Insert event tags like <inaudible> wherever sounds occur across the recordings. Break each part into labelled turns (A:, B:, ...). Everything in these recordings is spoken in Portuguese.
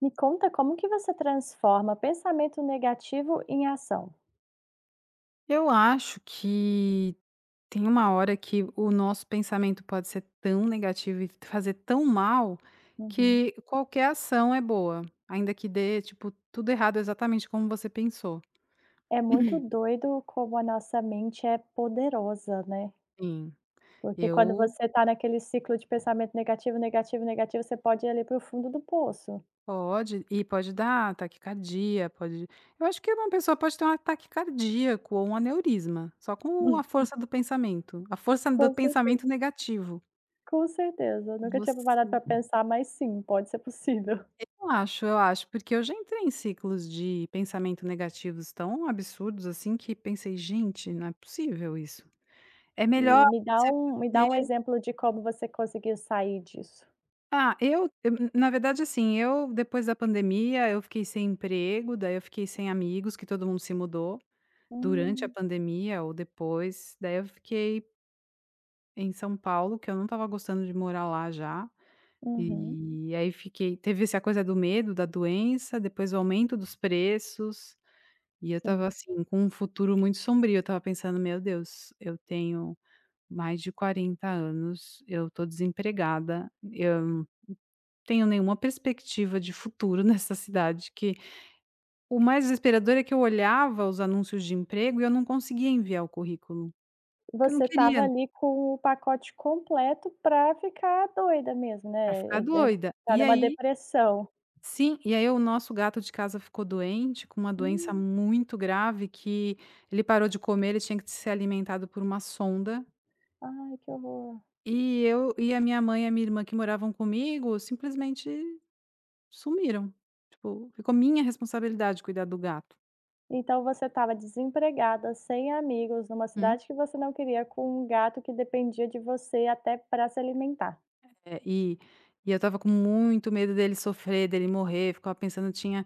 A: Me conta como que você transforma pensamento negativo em ação.
B: Eu acho que tem uma hora que o nosso pensamento pode ser tão negativo e fazer tão mal,
A: Uhum.
B: que qualquer ação é boa, ainda que dê, tipo, tudo errado exatamente como você pensou.
A: É muito doido como a nossa mente é poderosa, né?
B: Sim,
A: Porque quando
B: eu
A: você tá naquele ciclo de pensamento negativo, negativo, negativo, você pode ir ali para o fundo do poço.
B: pode dar taquicardia, pode eu acho que uma pessoa pode ter um ataque cardíaco ou um aneurisma, só com a
A: <laughs>
B: força do pensamento, a força do
A: Com certeza,
B: pensamento negativo.
A: com certeza. Eu nunca tinha parado para
B: Você
A: pensar, mas sim, pode ser possível. <laughs>
B: Eu acho, porque eu já entrei em ciclos de pensamento negativos tão absurdos, assim, que pensei: "Gente, não é possível isso". É melhor
A: E me dá
B: você
A: um, me dá
B: fazer.
A: um exemplo de como você conseguiu sair disso.
B: Eu na verdade, assim, eu depois da pandemia, eu fiquei sem emprego, daí eu fiquei sem amigos, que todo mundo se mudou durante a
A: Hum.
B: pandemia ou depois. Daí eu fiquei em São Paulo, que eu não estava gostando de morar lá já,
A: Uhum.
B: e aí fiquei teve essa coisa do medo, da doença, depois o aumento dos preços. E eu estava
A: Sim.
B: assim, com um futuro muito sombrio, eu estava pensando: "Meu Deus, eu tenho mais de 40 anos, eu estou desempregada, eu não tenho nenhuma perspectiva de futuro <laughs> nessa cidade", que o mais desesperador é que eu olhava os anúncios de emprego e eu não conseguia enviar o currículo, porque eu não
A: Você estava
B: queria, né,
A: ali com o pacote completo para ficar doida mesmo,
B: pra
A: né, e
B: ficar doida.
A: entrar
B: E
A: numa
B: aí
A: depressão.
B: sim, e aí o nosso gato de casa ficou doente, com uma doença
A: Hum,
B: muito grave que ele parou de comer, ele tinha que ser alimentado por uma sonda.
A: ai que horror.
B: E eu e a minha mãe e a minha irmã que moravam comigo simplesmente sumiram. Tipo, ficou minha responsabilidade cuidar do gato.
A: Então você estava desempregada, sem amigos, numa
B: Uhum.
A: cidade que você não queria, com um gato que dependia de você até para se alimentar.
B: Eh, e e eu estava com muito medo dele sofrer, dele morrer, ficava pensando tinha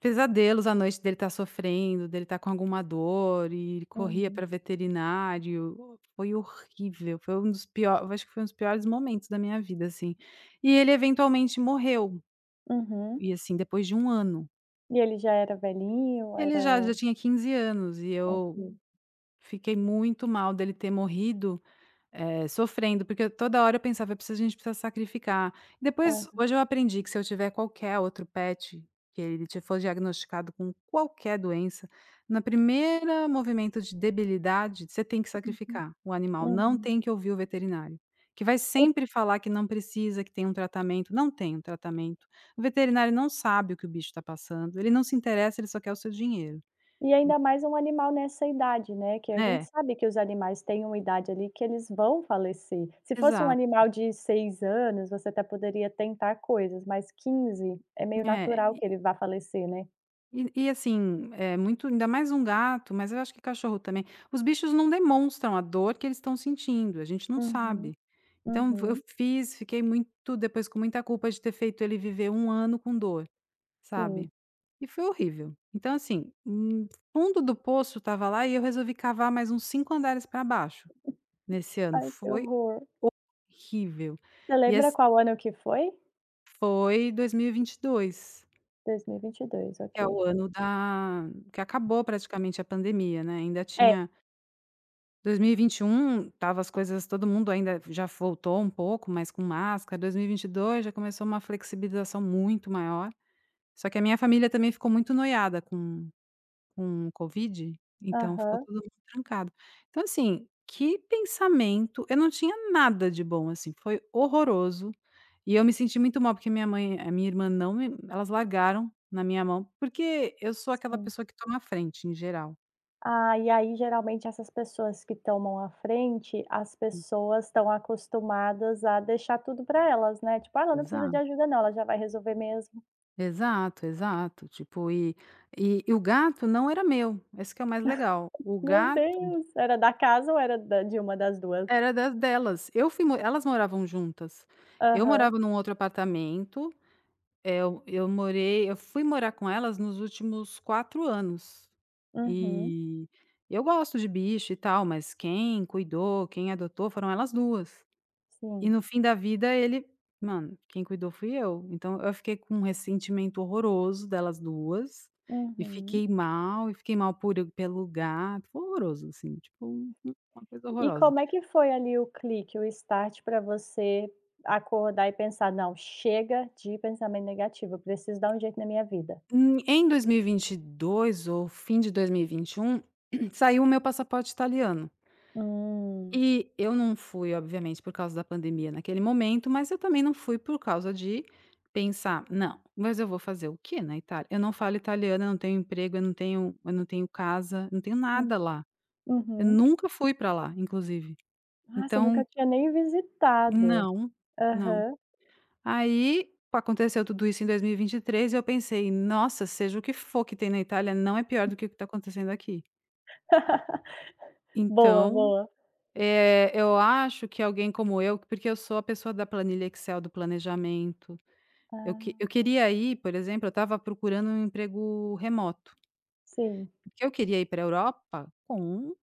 B: pesadelos à noite dele estar sofrendo, dele estar com alguma dor e corria
A: Uhum,
B: para veterinário. Foi horrível, foi um dos piores, acho que foi um dos piores momentos da minha vida, assim. E ele eventualmente morreu,
A: uhum.
B: e assim, depois de um ano.
A: E ele já era velhinho,
B: Ele
A: era
B: já já tinha 15 anos e
A: ok.
B: eu. Fiquei muito mal dele ter morrido, sofrendo, porque toda hora eu pensava: "Eu preciso A gente precisa sacrificar". Depois
A: Aham,
B: hoje eu aprendi que se eu tiver qualquer outro pet, que ele te for diagnosticado com qualquer doença, na primeira movimento de debilidade, você tem que
A: uhum,
B: sacrificar o animal, não
A: uhum.
B: tem que ouvir o veterinário, que vai
A: E
B: sempre falar que não precisa, que tem um tratamento, não tem um tratamento. O veterinário não sabe o que o bicho está passando, ele não se interessa, ele só quer o seu dinheiro.
A: E ainda mais um animal nessa idade, né, que a gente
B: É,
A: sabe que os animais têm uma idade ali que eles vão falecer. Se fosse um
B: exato.
A: animal de 6 anos, você até poderia tentar coisas, mas 15 é meio
B: É.
A: natural que ele vá falecer, né.
B: E assim, é muito, ainda mais um gato, mas eu acho que cachorro também, os bichos não demonstram a dor que eles estão sentindo, a gente não
A: Uhum,
B: sabe. Então eu
A: uhum,
B: fiz, fiquei muito, depois, com muita culpa de ter feito ele viver um ano com dor,
A: sim.
B: sabe. E foi horrível. Então assim, fundo do poço estava lá e eu resolvi cavar mais uns 5 andares para baixo nesse ano,
A: Ai, que
B: foi
A: horror.
B: horrível.
A: Você
B: E
A: lembra
B: ass
A: qual ano que foi?
B: foi 2022.
A: 2022,
B: Que é
A: ok.
B: o ano da, que acabou praticamente a pandemia, né, ainda
A: É,
B: tinha, 2021 estava, as coisas, todo mundo ainda já voltou um pouco, mas com máscara. 2022 já começou uma flexibilização muito maior, só que a minha família também ficou muito noiada com Covid, então ficou
A: aham,
B: todo mundo trancado. Então assim, que pensamento, eu não tinha nada de bom, assim, foi horroroso, e eu me senti muito mal, porque minha mãe, a minha irmã, não me, elas largaram na minha mão, porque eu sou aquela
A: sim.
B: pessoa que toma a frente em geral.
A: Ah, e aí geralmente essas pessoas que tomam a frente, as pessoas estão acostumadas a deixar tudo para elas, né, tipo: "Ah, ela não precisa de
B: Exato,
A: ajuda não, ela já vai resolver mesmo".
B: exato, exato, tipo, e o gato não era meu, esse que é o mais legal. O
A: Meu
B: gato
A: Deus, era da casa ou era da de uma das duas?
B: era das delas, eu fui mo elas moravam juntas, eu
A: Aham.
B: morava num outro apartamento. É, eu morei eu fui morar com elas nos últimos 4 anos.
A: Uhum.
B: E eu gosto de bicho e tal, mas quem cuidou, quem adotou, foram elas duas. E
A: Sim.
B: no fim da vida ele mano, quem cuidou fui eu. Então eu fiquei com um ressentimento horroroso delas 2 e
A: Uhum.
B: fiquei mal, e fiquei mal, por pelo gato, foi horroroso, assim, tipo, uma coisa
A: E
B: horrorosa.
A: como é que foi ali o clique, o start para você acordar e pensar: "Não, chega de pensamento negativo, eu preciso dar um jeito na minha vida"?
B: Em 2022, ou fim de dois mil e vinte e um, <clears throat> saiu o meu passaporte italiano.
A: Hum.
B: E eu não fui, obviamente, por causa da pandemia naquele momento, mas eu também não fui por causa de pensar: "Não, mas eu vou fazer o quê na Itália? Eu não falo italiano, eu não tenho emprego, eu não tenho casa, não tenho
A: Hum.
B: nada lá". Eu
A: Uhum.
B: nunca fui para lá, inclusive.
A: Ah, você
B: Então,
A: nunca tinha nem visitado.
B: não, não.
A: Aham.
B: Aí aconteceu tudo isso em 2023. E eu pensei: "Nossa, seja o que for que tem na Itália, não é pior do que o que está acontecendo aqui".
A: <laughs> Boa,
B: Então.
A: boa.
B: Eu acho que alguém como eu, porque eu sou a pessoa da planilha Excel, do planejamento. Eu, que
A: Ah,
B: eu queria ir, por exemplo, eu estava procurando um emprego remoto,
A: sim.
B: porque eu queria ir para a Europa com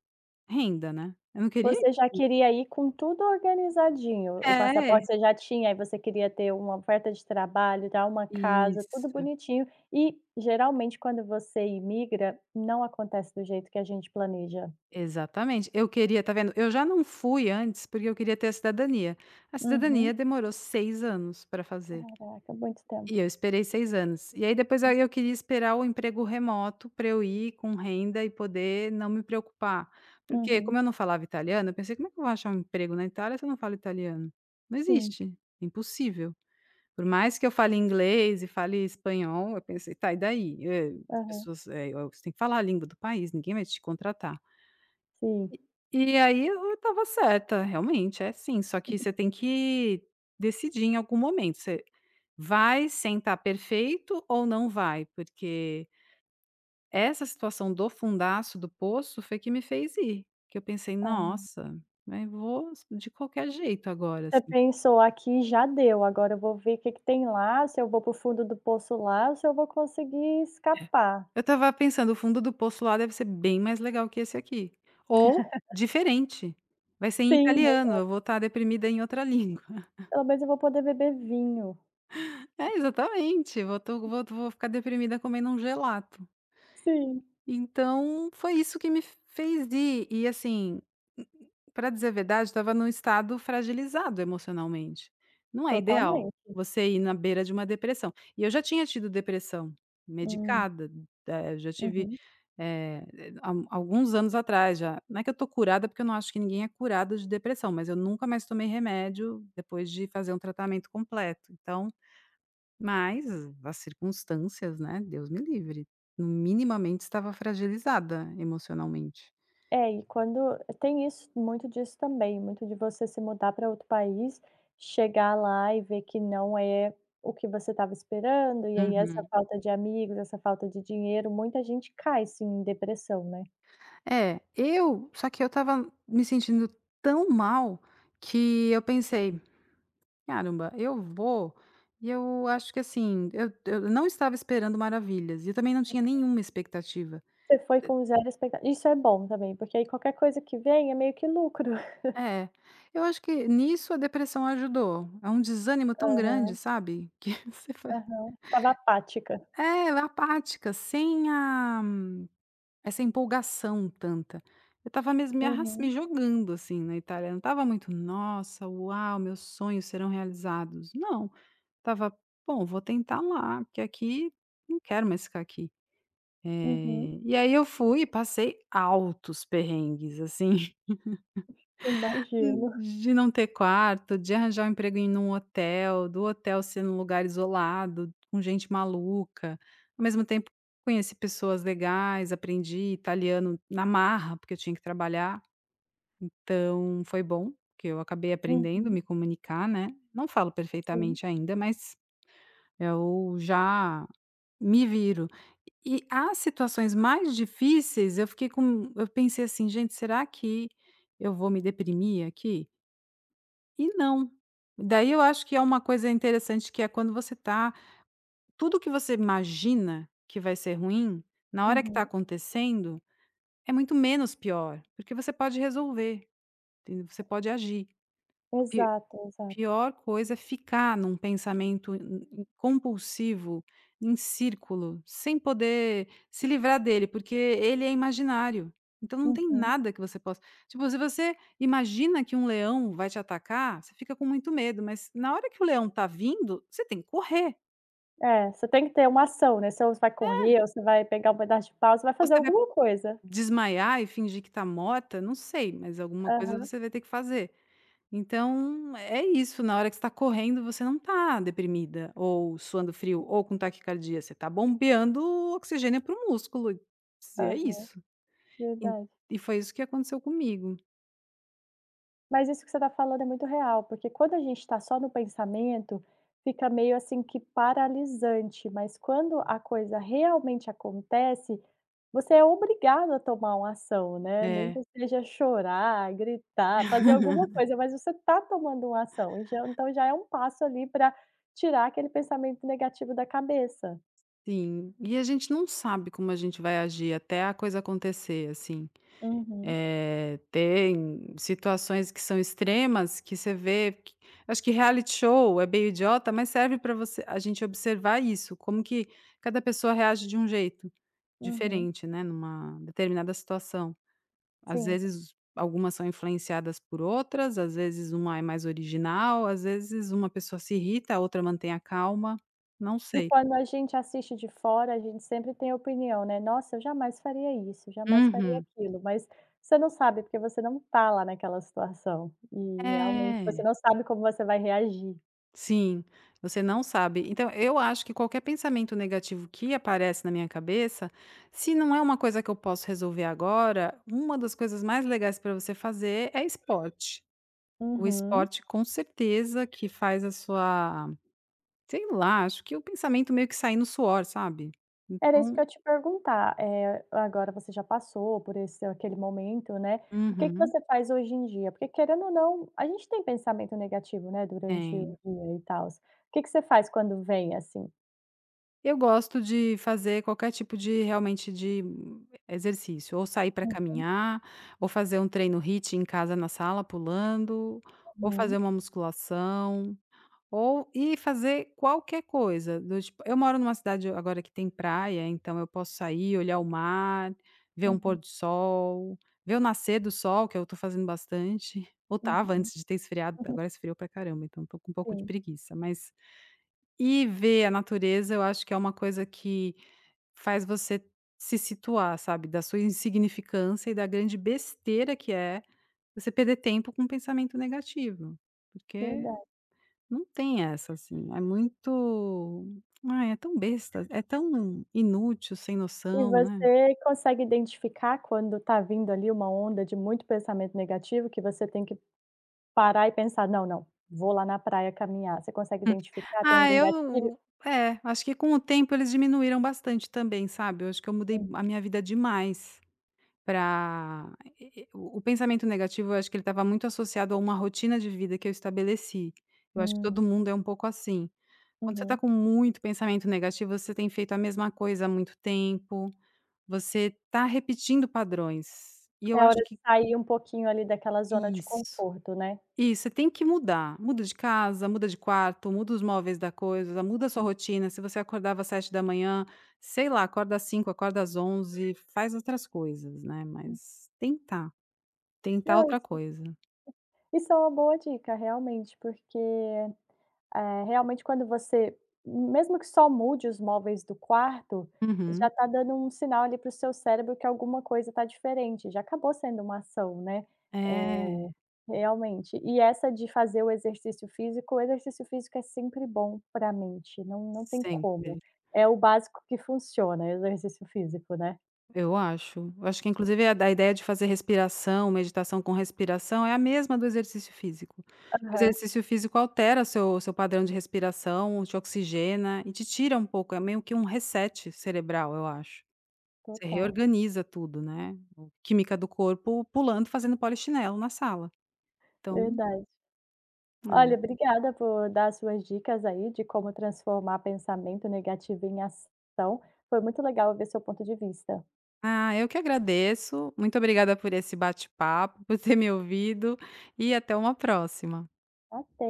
B: renda, né. Eu não queria ir.
A: Você já queria ir com tudo organizadinho, o passaporte
B: É,
A: você já tinha, aí você queria ter uma oferta de trabalho, dar uma casa, tudo
B: isso,
A: bonitinho e geralmente quando você imigra, não acontece do jeito que a gente planeja.
B: exatamente. Eu queria, tá vendo, eu já não fui antes, porque eu queria ter a cidadania. A cidadania
A: Uhum.
B: demorou 6 anos para fazer.
A: Caraca, muito tempo.
B: E eu esperei 6 anos. E aí depois, aí eu queria esperar o emprego remoto para eu ir com renda e poder não me preocupar. Porque
A: Uhum.
B: como eu não falava italiano, eu pensei: "Como é que eu vou achar um emprego na Itália se eu não falo italiano? Não
A: Sim.
B: existe, é impossível". Por mais que eu fale inglês e fale espanhol, eu pensei: "Tá, e daí? As
A: Aham.
B: pessoas, o você tem que falar a língua do país, ninguém vai te contratar".
A: Sim.
B: E aí eu estava certa, realmente é assim, só que você tem que decidir em algum momento. Vai sentar perfeito ou não vai? Porque essa situação do fundaço do poço foi que me fez ir, que eu pensei:
A: Ah,
B: "Nossa, mas vou de qualquer jeito agora",
A: você
B: assim.
A: pensou: "Aqui já deu, agora eu vou ver o que que tem lá, se eu vou para o fundo do poço lá, ou se eu vou conseguir escapar".
B: Eu estava pensando: "O fundo do poço lá deve ser bem mais legal que esse aqui", ou diferente, vai ser em
A: Sim.
B: italiano, eu vou estar deprimida em outra língua. <laughs>
A: Pelo menos eu vou poder beber vinho.
B: É, exatamente, vou to vou vou ficar deprimida comendo um gelato.
A: Sim,
B: Então, foi isso que me fez ir. E assim, para dizer a verdade, estava num estado fragilizado emocionalmente. Não é ideal
A: totalmente.
B: você ir na beira de uma depressão. E eu já tinha tido depressão
A: Hum,
B: medicada, já tive,
A: uhum.
B: eh, há alguns anos atrás já. Não é que eu tô curada, porque eu não acho que ninguém é curado de depressão, mas eu nunca mais tomei remédio depois de fazer um tratamento completo. Então, mas as circunstâncias, né, Deus me livre, minimamente estava fragilizada emocionalmente.
A: É, e quando tem isso muito disso também, muito de você se mudar para outro país, chegar lá e ver que não é o que você estava esperando, e aí essa
B: Uhum.
A: falta de amigos, essa falta de dinheiro, muita gente cai, assim, em depressão, né.
B: É, eu só que eu estava me sentindo tão mal que eu pensei: "Caramba, eu vou", e eu acho que, assim, eu não estava esperando maravilhas e eu também não tinha nenhuma expectativa.
A: Você foi com 0 expecta isso é bom também, porque aí qualquer coisa que vem é meio que lucro. <laughs>
B: É, eu acho que nisso a depressão ajudou. É um desânimo tão grande,
A: Aham,
B: sabe, que <laughs> você vai,
A: aham. Estava apática.
B: é, é apática, sem a. Essa empolgação tanta. Eu estava mesmo me
A: Uhum,
B: jogando, assim, na Itália, não estava muito: "Nossa, uau, meus sonhos serão realizados". Não, estava: "Bom, vou tentar lá, porque aqui não quero mais ficar aqui".
A: uhum.
B: E aí eu fui e passei altos perrengues, assim.
A: Imagino.
B: De não ter quarto, de arranjar um emprego em um hotel, do hotel ser num lugar isolado, com gente maluca. Ao mesmo tempo, conheci pessoas legais, aprendi italiano na marra, porque eu tinha que trabalhar. Então, foi bom, que eu acabei aprendendo
A: Uhum,
B: me comunicar, né. Não falo
A: sim.
B: perfeitamente ainda, mas eu já me viro. E as situações mais difíceis, eu fiquei com eu pensei assim: "Gente, será que eu vou me deprimir aqui?" E não. Daí eu acho que é uma coisa interessante, que é quando você tá, tudo que você imagina que vai ser ruim, na hora que tá
A: Uhum.
B: acontecendo, é muito menos pior, porque você pode resolver, entendeu, você pode agir.
A: Exato, exato.
B: Pior coisa é ficar num pensamento in in compulsivo, em círculo, sem poder se livrar dele, porque ele é imaginário. Então não tem
A: Uhum.
B: nada que você possa, tipo, se você imagina que um leão vai te atacar, você fica com muito medo, mas na hora que o leão tá vindo, você tem que correr.
A: É, você tem que ter uma ação, né, se você vai correr ou você vai pegar um pedaço de pau, você vai
B: Ou
A: fazer
B: você vai
A: alguma coisa.
B: desmaiar e fingir que tá morta, não sei, mas alguma coisa
A: Aham,
B: você vai ter que fazer. Então, é isso, na hora que você tá correndo, você não está deprimida, ou suando frio, ou com taquicardia, você está bombeando oxigênio para o músculo, e é
A: aham,
B: isso. E
A: verdade.
B: e foi isso que aconteceu comigo.
A: Mas isso que você está falando é muito real, porque quando a gente está só no pensamento, fica meio assim que paralisante, mas quando a coisa realmente acontece, você é obrigado a tomar uma ação, né, nem
B: É,
A: que seja chorar, gritar, fazer alguma coisa, mas você está tomando uma ação, e já então já é um passo ali para tirar aquele pensamento negativo da cabeça.
B: sim. E a gente não sabe como a gente vai agir até a coisa acontecer, assim.
A: Uhum,
B: Tem situações que são extremas, que você vê que, acho que reality show é meio idiota, mas serve para você, a gente observar isso, como que cada pessoa reage de um jeito.
A: uhum,
B: Diferente, né, numa determinada situação. Às
A: sim.
B: vezes, algumas são influenciadas por outras, às vezes uma é mais original, às vezes uma pessoa se irrita, a outra mantém a calma, não
A: E
B: sei.
A: quando a gente assiste de fora, a gente sempre tem opinião, né: "Nossa, eu jamais faria isso, eu jamais faria
B: Uhum.
A: aquilo", mas você não sabe, porque você não tá lá naquela situação, e realmente você
B: É,
A: não sabe como você vai reagir.
B: sim, você não sabe. Então, eu acho que qualquer pensamento negativo que aparece na minha cabeça, se não é uma coisa que eu posso resolver agora, uma das coisas mais legais para você fazer é esporte. O
A: Uhum.
B: esporte, com certeza, que faz a sua. Sei lá, acho que o pensamento meio que sai no suor, sabe.
A: Era isso
B: Então,
A: que eu ia te perguntar, eh, agora você já passou por esse aquele momento, né, o que que
B: uhum,
A: você faz hoje em dia? Porque querendo ou não, a gente tem pensamento negativo, né, durante o
B: tem.
A: dia e tal. O que que você faz quando vem assim?
B: Eu gosto de fazer qualquer tipo de, realmente, de exercício, ou sair para
A: Uhum,
B: caminhar, ou fazer um treino HIIT em casa na sala pulando, ou fazer
A: uhum,
B: uma musculação. Ou e fazer qualquer coisa, do tipo, eu moro numa cidade agora que tem praia, então eu posso sair, olhar o mar, ver um pôr
A: uhum,
B: do sol, ver o nascer do sol, que eu tô fazendo bastante, <laughs> ou estava
A: uhum,
B: antes de ter esfriado,
A: uhum,
B: agora esfriou pra caramba, então tô com um pouco de
A: sim.
B: preguiça, mas. E ver a natureza eu acho que é uma coisa que faz você se situar, sabe, da sua insignificância e da grande besteira que é você perder tempo com um pensamento negativo, porque
A: Verdade.
B: não tem essa, assim, é muito, ai, é tão besta, é tão inútil, sem
A: E
B: noção, né.
A: você consegue identificar quando está vindo ali uma onda de muito pensamento negativo que você tem que parar e pensar: "Não, não, vou lá na praia caminhar". Você consegue
B: Hum.
A: identificar? Tem
B: Ah,
A: algum gatilho?
B: eu, é, acho que com o tempo eles diminuíram bastante também, sabe. Eu acho que eu mudei
A: Hum,
B: a minha vida demais para o pensamento negativo, eu acho que ele estava muito associado a uma rotina de vida que eu estabeleci. Eu acho que
A: hum,
B: todo mundo é um pouco assim. Quando você está
A: uhum.
B: com muito pensamento negativo, você tem feito a mesma coisa há muito tempo, você está repetindo padrões. E eu
A: É hora
B: acho
A: de
B: que
A: sair um pouquinho ali daquela zona de
B: Isso,
A: conforto, né.
B: isso, você tem que mudar. Muda de casa, muda de quarto, muda os móveis da coisa, muda a sua rotina. Se você acordava às 7h da manhã, sei lá, acorda às cinco, acorda às 11, faz outras coisas, né,
A: Uhum.
B: mas tentar, tentar
A: Não,
B: outra
A: isso
B: coisa.
A: isso é uma boa dica realmente, porque eh, realmente quando você mesmo que só mude os móveis do quarto, já
B: Uhum.
A: está dando um sinal ali para o seu cérebro que alguma coisa está diferente, já acabou sendo uma ação, né,
B: É,
A: realmente. E essa de fazer o exercício físico é sempre bom pra mente, não não tem
B: sempre.
A: como. É o básico que funciona, exercício físico, né.
B: Eu acho. Eu acho que inclusive a da ideia de fazer respiração, meditação com respiração é a mesma do exercício físico. O
A: Aham,
B: exercício físico altera seu padrão de respiração, te oxigena e te tira um pouco, é meio que um reset cerebral, eu acho. Você
A: total,
B: reorganiza tudo, né, o química do corpo pulando, fazendo polichinelo na sala. Então,
A: verdade. Olha,
B: é.
A: obrigada por dar as suas dicas aí de como transformar pensamento negativo em ação. Foi muito legal ver seu ponto de vista.
B: Ah, eu que agradeço. Muito obrigada por esse bate-papo, por ter me ouvido e até uma próxima.
A: Até!